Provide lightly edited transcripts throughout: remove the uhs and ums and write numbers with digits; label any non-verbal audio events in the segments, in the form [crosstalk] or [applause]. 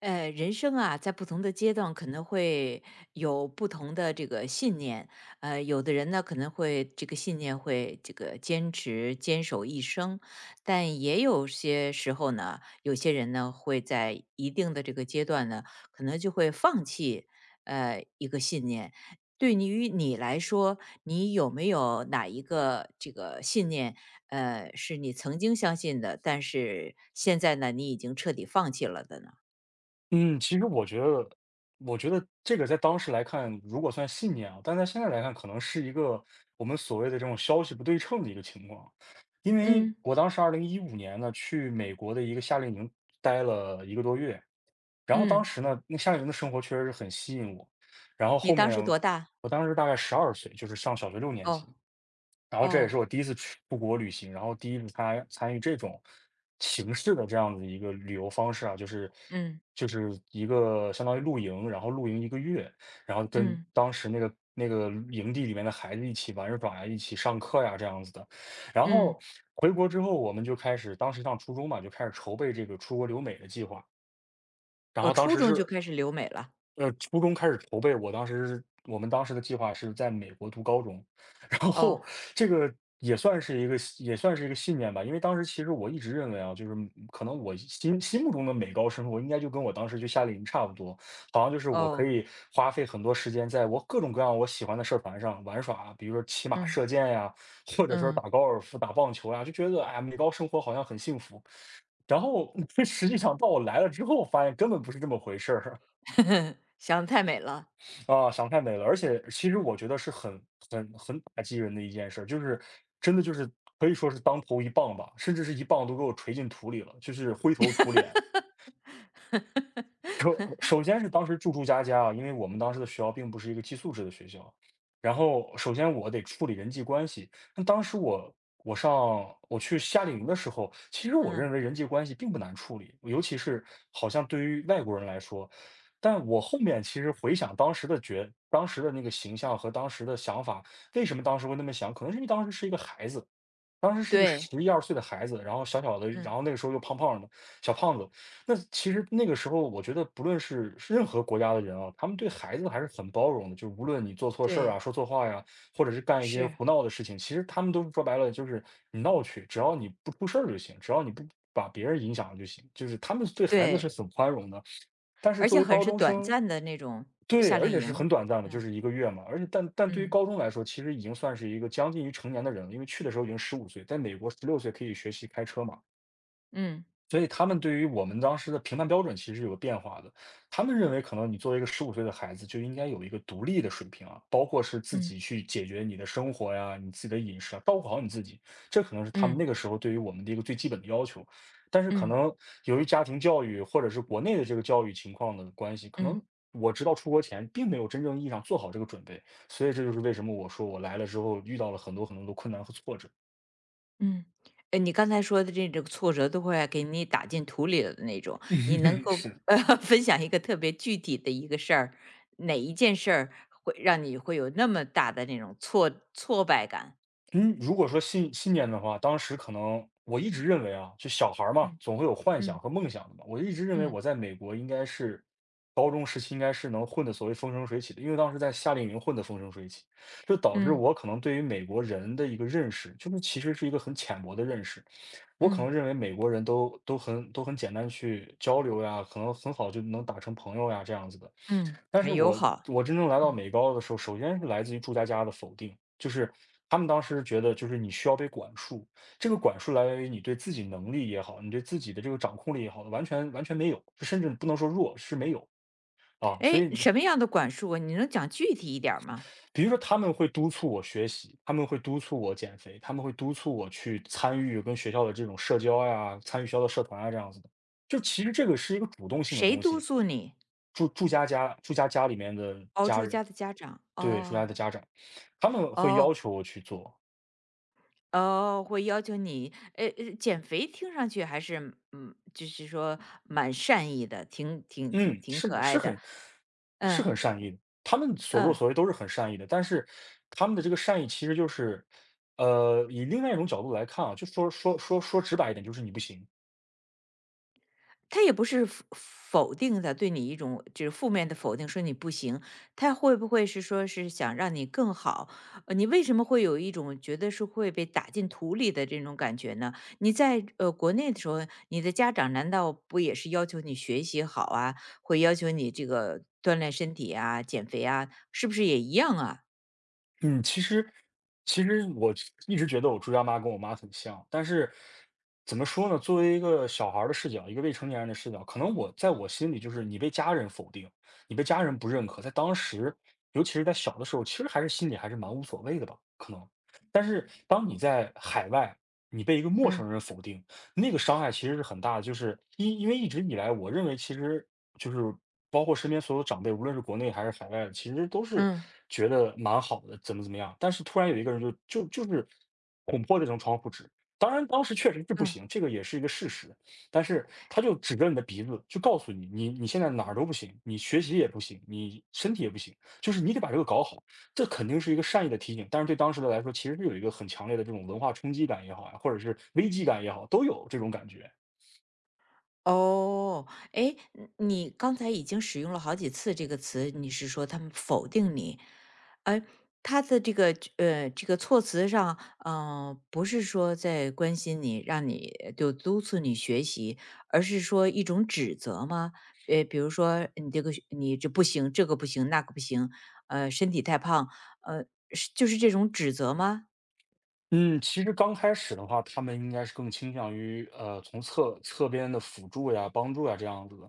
人生啊，在不同的阶段可能会有不同的这个信念。有的人呢可能会这个信念会这个坚持坚守一生，但也有些时候呢，有些人呢会在一定的这个阶段呢，可能就会放弃一个信念。对于你来说，你有没有哪一个这个信念，是你曾经相信的，但是现在呢，你已经彻底放弃了的呢？嗯，其实我觉得这个在当时来看，如果算信念啊，但在现在来看，可能是一个我们所谓的这种消息不对称的一个情况。因为嗯。我当时2015年呢，去美国的一个夏令营待了一个多月，然后当嗯。时呢，那夏令营的生活确实是很吸引我。然后你后当面时多大？我当时大概12岁，就是上小学六年哦。级，然后这也哦。是我第一次去出国旅行，然后第一次参与这种形式的这样子一个旅游方式啊，就是嗯。就是一个相当于露营，然后露营一个月，然后跟嗯。当时那个营地里面的孩子一起玩耍呀，一起上课呀，这样子的。然嗯。后回国之后，我们就开始当时上初中嘛，就开始筹备这个出国留美的计划，然我后当初时中是就开始留美了。初中开始筹备，我们当时的计划是在美国读高中，[laughs] 然后哦。这个也算是一个信念吧，因为当时其实我一直认为啊，就是可能我心目中的美高生活应该就跟我当时去夏令营差不多，好像就是我可哦。以花费很多时间在我各种各样我喜欢的社团上玩耍啊，比如说骑马、嗯。射箭呀，或者说嗯。打高尔夫、打棒球呀，就觉得哎呀，美高生活好像很幸福。然后，[laughs] 实际上到我来了之后，发现根本不是这么回事儿。[laughs] 想的太美了。啊，想太美了，而且其实我觉得是很打击人的一件事儿，就是真的就是可以说是当头一棒吧，甚至是一棒都给我锤进土里了，就是灰头土脸。首先是当时住家啊，因为我们当时的学校并不是一个寄宿制的学校，然后首先我得处理人际关系。那当时我去夏令营的时候，其实我嗯。认为人际关系并不难处理，尤其是好像对于外国人来说。但我后面其实回想当时的觉，当时的那个形象和当时的想法，为什么当时会那么想？可能是因为当时是一个孩子，当时是一个对。11、12岁的孩子，然后小小的，然嗯。后那个时候又胖胖的，小胖子。那其实那个时候我觉得不论是任何国家的人啊，他们对孩子还是很包容的，就是无论你做错事儿啊、对。说错话呀，或者是干一些是。胡闹的事情，其实他们都是说白了就是你闹去，只要你不出事儿就行，只要你不把别人影响了就行，就是他们对孩子是对。很宽容的。但是而作且为很高是中短生，暂的那种对，夏而令且是营。很短暂的，就嗯。是一个月嘛。而且但对于嗯。高中来说，其实已经算是一个将近于成年的人了，因为去的时候已经十五岁，在美国16岁可以学习开车嘛。嗯。所以他们对于我们当时的评判标准其实有个变化的，他们认为可能你作为一个十五岁的孩子就应该有一个独立的水平啊，包括是自己嗯。去解决你的生活呀，你自己的饮食啊，照顾好你自己，这可能是他们嗯。那个时候对于我们的一个最基本的要求。但是可嗯。能由于家庭教育或者是国内的这个教育情况的关系，可嗯。能我直到出国前并没有真正意义上做好这个准备，所以这就是为什么我说我来了之后遇到了很多很多的困难和挫折。嗯。哎，你刚才说的这种挫折都会给你打进土里了的那种，你能 [laughs] 够是。[laughs] 分享一个特别具体的一个事儿，哪一件事儿会让你会有那么大的那种挫败感？嗯，如果说信念的话，当时可能我一直认为啊，就小孩儿嘛，嗯。总会有幻想嗯。和梦想的嘛。我一直认为嗯。我在美国应该是高中时期应该是能混得所谓风生水起的，因为当时在夏令营混得风生水起，就导致嗯。我可能对于美国人的一个认识，就是其实是一个很浅薄的认识。我可嗯。能认为美国人都很简单去交流呀，可能很好就能打成朋友呀这样子的。嗯。但是很友我好。我真正来到嗯。美高的时候，首先是来自于住家家的否定，就是他们当时觉得就是你需要被管束，这个管束来源于你对自己能力也好，你对自己的这个掌控力也好，完全完全没有，甚至不能说弱，是没有。啊，所以哎，你什么样的管束啊？你能讲具体一点儿吗？比如说他们会督促我学习，他们会督促我减肥，他们会督促我去参与跟学校的这种社交呀，参与学校的社团啊这样子的。就其实这个是一个主动性的谁东督西，促你？住家里面的熬家住人，家的家长？对，住家的哦。家长，他们会哦。要求我去做。哦。会要求你，减肥听上去还是，就是说蛮善意的，挺挺挺嗯，挺是可是爱的。很是嗯。很善意的，他们所作嗯。所为都是很善意的，但是他们的这个善意其实就是，以另外一种角度来看啊，就说直白一点，就是你不行。他也不是否定的，对你一种就是负面的否定，说你不行。他会不会是说是想让你更好？你为什么会有一种觉得是会被打进土里的这种感觉呢？你在国内的时候，你的家长难道不也是要求你学习好啊，会要求你这个锻炼身体啊、减肥啊，是不是也一样啊？嗯，其实我一直觉得我朱家妈跟我妈很像，但是怎么说呢？作为一个小孩儿的视角，一个未成年人的视角，可能我在我心里就是你被家人否定，你被家人不认可，在当时，尤其是在小的时候，其实还是心里还是蛮无所谓的吧，可能。但是当你在海外，你被一个陌生嗯。人否定，那个伤害其实是很大的，就是因为一直以来，我认为其实就是包括身边所有长辈，无论是国内还是海外的其实都是嗯。觉得蛮好的，怎么样。但是突然有一个人就是捅破这层窗户纸，当然当时确实是不嗯。行，这个也是一个事实。但是他就指着你的鼻子，就告诉你，你现在哪儿都不行，你学习也不行，你身体也不行，就是你得把这个搞好。这肯定是一个善意的提醒，但是对当时的来说，其实是有一个很强烈的这种文化冲击感也好呀，或者是危机感也好，都有这种感觉。哦。诶，你刚才已经使用了好几次这个词，你是说他们否定你，诶，他的这个这个措辞上，不是说在关心你，让你就督促你学习，而是说一种指责吗？比如说你这个学你这不行，这个不行，那个不行，身体太胖，呃，是就是这种指责吗？嗯，其实刚开始的话，他们应该是更倾向于从侧边的辅助呀、帮助呀这样子的，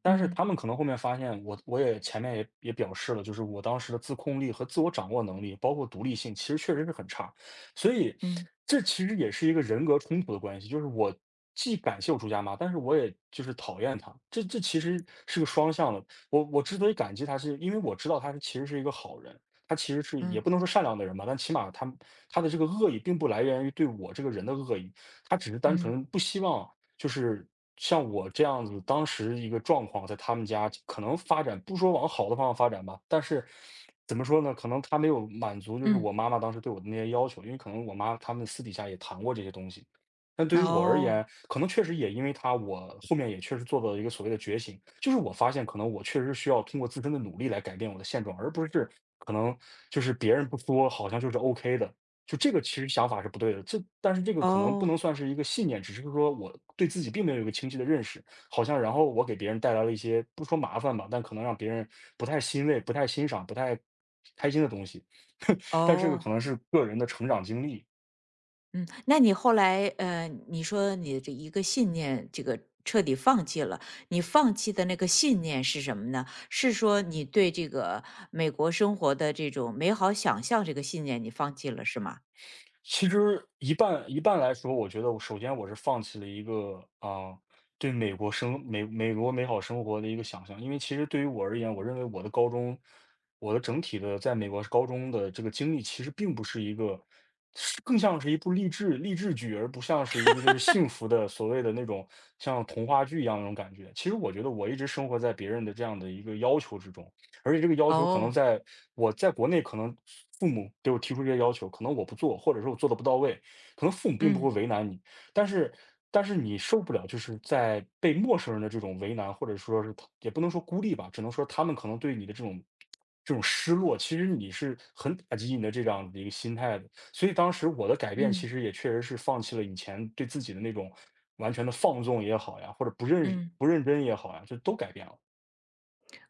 但是嗯。他们可能后面发现我，我也前面也表示了，就是我当时的自控力和自我掌握能力，包括独立性，其实确实是很差，所以嗯。这其实也是一个人格冲突的关系，就是我既感谢我朱家妈，但是我也就是讨厌她，这其实是个双向的。我之所以感激她，是因为我知道她是其实是一个好人。他其实是也嗯。不能说善良的人吧，但起码他的这个恶意并不来源于对我这个人的恶意，他只是单嗯。纯不希望就是像我这样子，当时一个状况在他们家可能发展，不说往好的方向发展吧，但是怎么说呢？可能他没有满足，就是我嗯。妈妈当时对我的那些要求，因为可能我妈他们私底下也谈过这些东西，但对于我而言，哦。可能确实也因为它，我后面也确实做到了一个所谓的觉醒，就是我发现可能我确实是需要通过自身的努力来改变我的现状，而不是可能就是别人不说，好像就是 OK 的，就这个其实想法是不对的。这但是这个可能不哦。能算是一个信念，只是说我对自己并没有一个清晰的认识，好像然后我给别人带来了一些不说麻烦吧，但可能让别人不太欣慰、不太欣赏、不太开心的东西。[laughs] 但这个哦。可能是个人的成长经历，嗯。那你后来，你说你的这一个信念，这个彻底放弃了。你放弃的那个信念是什么呢？是说你对这个美国生活的这种美好想象这个信念你放弃了是吗？其实一半一半来说，我觉得我首先我是放弃了一个对美国美国美好生活的一个想象，因为其实对于我而言，我认为我的高中，我的整体的在美国高中的这个经历，其实并不是一个，是更像是一部励志剧，而不像是一个就是幸福的所谓的那种像童话剧一样那种感觉。其实我觉得我一直生活在别人的这样的一个要求之中，而且这个要求可能哦。在我在国内可能父母对我提出这些要求，可能我不做，或者说我做的不到位，可能父母并不会嗯。为难你，但是但是你受不了，就是在被陌生人的这种为难，或者说是他也不能说孤立吧，只能说他们可能对你的这种失落，其实你是很打击你的这样的一个心态的。所以当时我的改变，嗯。其实也确实是放弃了以前对自己的那种完全的放纵也好呀，或者不认嗯。不认真也好呀，就都改变了，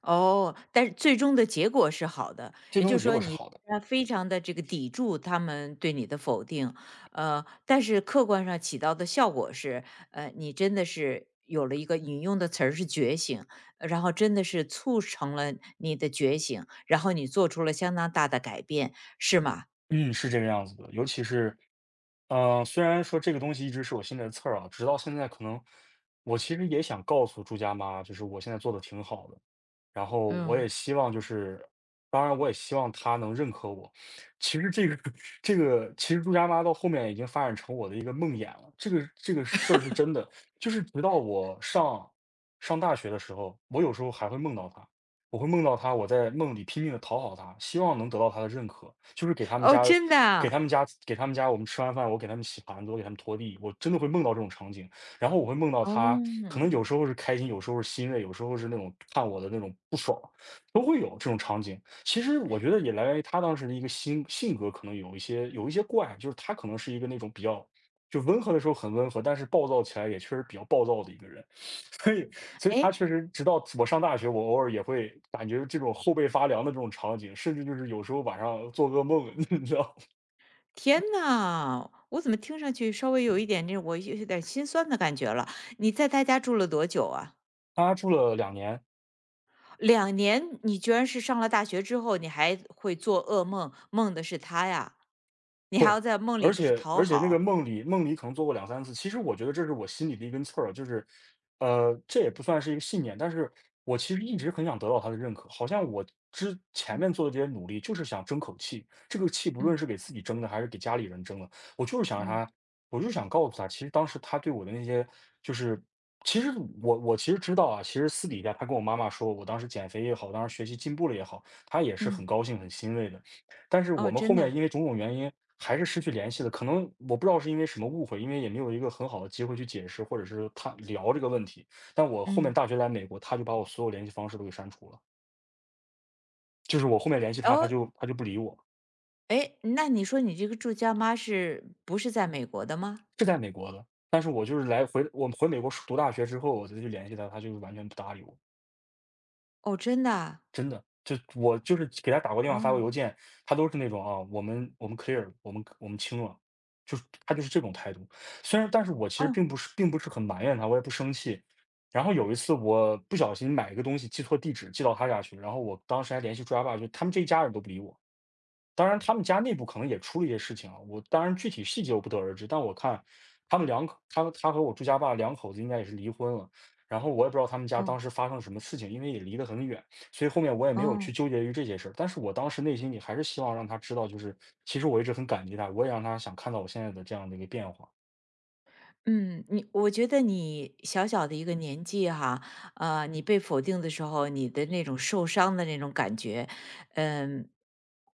哦，但是最终的结果是好的，最也终的就是结说果是你好的。非常的这个抵住他们对你的否定，但是客观上起到的效果是，你真的是有了一个引用的词儿是觉醒，然后真的是促成了你的觉醒，然后你做出了相当大的改变，是吗？嗯，是这个样子的。尤其是，虽然说这个东西一直是我心里的刺儿啊，直到现在可能我其实也想告诉朱家妈，就是我现在做的挺好的，然后我嗯。也希望就是当然我也希望她能认可我。其实这个 [laughs] 这个其实朱家妈到后面已经发展成我的一个梦魇了，这个事儿是真的，就是直到我上大学的时候，我有时候还会梦到她。我会梦到他，我在梦里拼命的讨好他，希望能得到他的认可。就是哦，真的啊？给他们家我们吃完饭，我给他们洗盘子，我给他们拖地，我真的会梦到这种场景。然后我会梦到哦。他，可能有时候是开心，有时候是欣慰，有时候是那种看我的那种不爽，都会有这种场景。其实我觉得也来源于他当时的一个性格，可能有一些怪，就是他可能是一个那种比较就温和的时候很温和，但是暴躁起来也确实比较暴躁的一个人。[laughs] 所以所以哎。他确实直到我上大学，我偶尔也会感觉这种后背发凉的这种场景，甚至就是有时候晚上做噩梦，[laughs] 你知道吗。天呐，我怎么听上去稍微有一点这我有点心酸的感觉了。你在他家住了多久啊？他住了两年，2年，你居然是上了大学之后，你还会做噩梦，梦的是他呀？你还会，要在梦而里的是且讨而且那个好。梦里可能做过两三次，其实我觉得这是我心里的一根刺儿啊，就是，这也不算是一个信念，但是我其实一直很想得到他的认可，好像我之前嗯。面做的这些努力就是想争口气，这个气不论嗯。是给自己争的还是给家里人争的，我就是想让嗯。他我就是想告诉他，其实当时他对我的那些就是其实我其实知道啊，其实私底下他跟我妈妈说，我当时减肥也好，当时学习进步了也好，他也是很嗯。高兴、很欣慰的。但是我哦，们后真的面啊。因为种种原因还是失去联系了，可能我不知道是因为什么误会，因为也没有一个很好的机会去解释，或者是他聊这个问题。但我后面嗯。大学来美国，他就把我所有联系方式都给删除了，就是我后面联系他，他哦。就他就不理我，哎，那你说你这个住家妈是不是在美国的吗？是在美国的，但是我就是来回我回美国读大学之后，我再去联系他，他就完全不搭理我。哦，真的啊？真的，就我就是给他打过电话、发过哦。邮件，他都是那种啊，我们 clear，了我们清了，就是他就是这种态度。虽然，但是我其实哦。并不是很埋怨他，我也不生气。然后有一次我不小心买一个东西寄错地址，寄到他家去，然后我当时还联系抓爸，就他们这一家人都不理我。当然他们家内部可能也出了一些事情啊，我当然具体细节我不得而知，但我看他们两口他和我朱家爸两口子应该也是离婚了，然后我也不知道他们家当哦。时发生了什么事情，因为也离得很远，所以后面我也没有去哦。纠结于这些事儿。但是我当时内心里还是希望让他知道，就是其实我一直很感激他，我也让他想看到我现在的这样的一个变化，嗯。你我觉得你小小的一个年纪哈，你被否定的时候，你的那种受伤的那种感觉，嗯，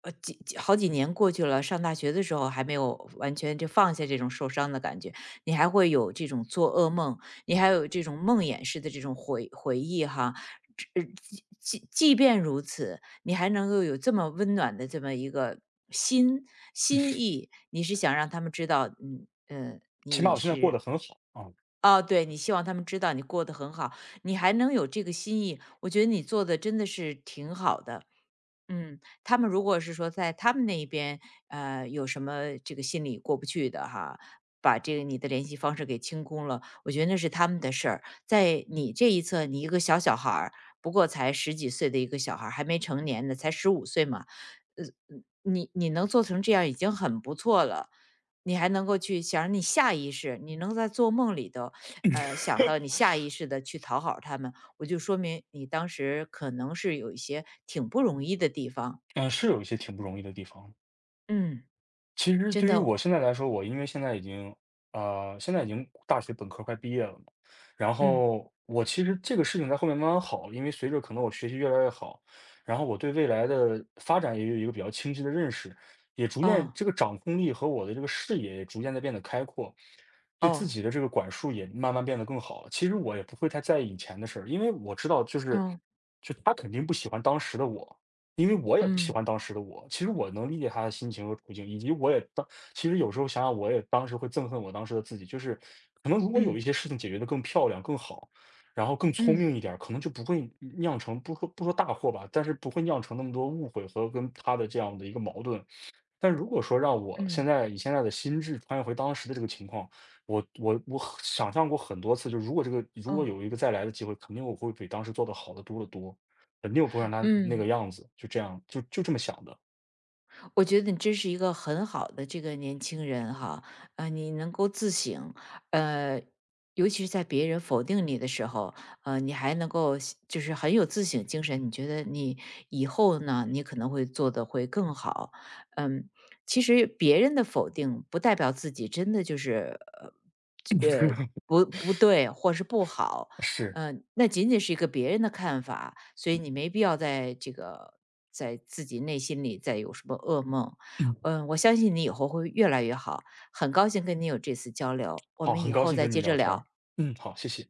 几好几年过去了，上大学的时候还没有完全就放下这种受伤的感觉，你还会有这种做噩梦，你还有这种梦魇式的这种回忆哈。这即便如此，你还能够有这么温暖的这么一个心心意，你是想让他们知道。嗯。起码我现在过得很好啊。哦，对，你希望他们知道你过得很好，你还能有这个心意，我觉得你做的真的是挺好的。嗯。他们如果是说在他们那一边，有什么这个心里过不去的哈，把这个你的联系方式给清空了，我觉得那是他们的事儿。在你这一侧，你一个小小孩儿，不过才十几岁的一个小孩儿，还没成年呢，才15岁嘛。呃，你能做成这样已经很不错了。你还能够去想你下意识，你能在做梦里头，想到你下意识的去讨好他们。我就说明你当时可能是有一些挺不容易的地方。嗯，是有一些挺不容易的地方。嗯。其实真对于的。我现在来说，我因为现在已经，现在已经大学本科快毕业了嘛，然嗯。后我其实这个事情在后面慢慢好，因为随着可能我学习越来越好，然后我对未来的发展也有一个比较清晰的认识，也逐渐哦。这个掌控力和我的这个视野也逐渐在变得开阔，对自哦。己的这个管束也慢慢变得更好了。其实我也不会太在意以前的事儿，因为我知道就是，哦。就他肯定不喜欢当时的我，因为我也不喜嗯。欢当时的我，其实我能理解他的心情和处境，以及我也当其实有时候想想，我也当时会憎恨我当时的自己，就是可能如果有嗯。一些事情解决的更漂亮、更好，然后更聪嗯。明一点儿，可能就不会酿成不说大祸吧，但是不会酿成那么多误会和跟他的这样的一个矛盾。但如果说让我嗯。现嗯。在以现在的心智穿越回当时的这个情况，我很想象过很多次，就如果这个如果哦。有一个再来的机会，肯定我会比当时做的好的多得多，肯定我不会让他那个嗯。样子，就这样，就这么想的。我觉得你真是一个很好的这个年轻人哈，你能够自省，呃，尤其是在别人否定你的时候，你还能够就是很有自省精神。你觉得你以后呢，你可能会做得会更好。嗯。其实别人的否定不代表自己真的就是呃呃 [laughs] 不对或是不好。是，嗯。那仅仅是一个别人的看法，所以你没必要在这个在自己内心里再有什么噩梦。[clears throat] 嗯，嗯。我相信你以后会越来越好，很高兴跟你有这次交流，我好，们很以高后兴再跟你接着聊天聊。儿。嗯，好，谢谢。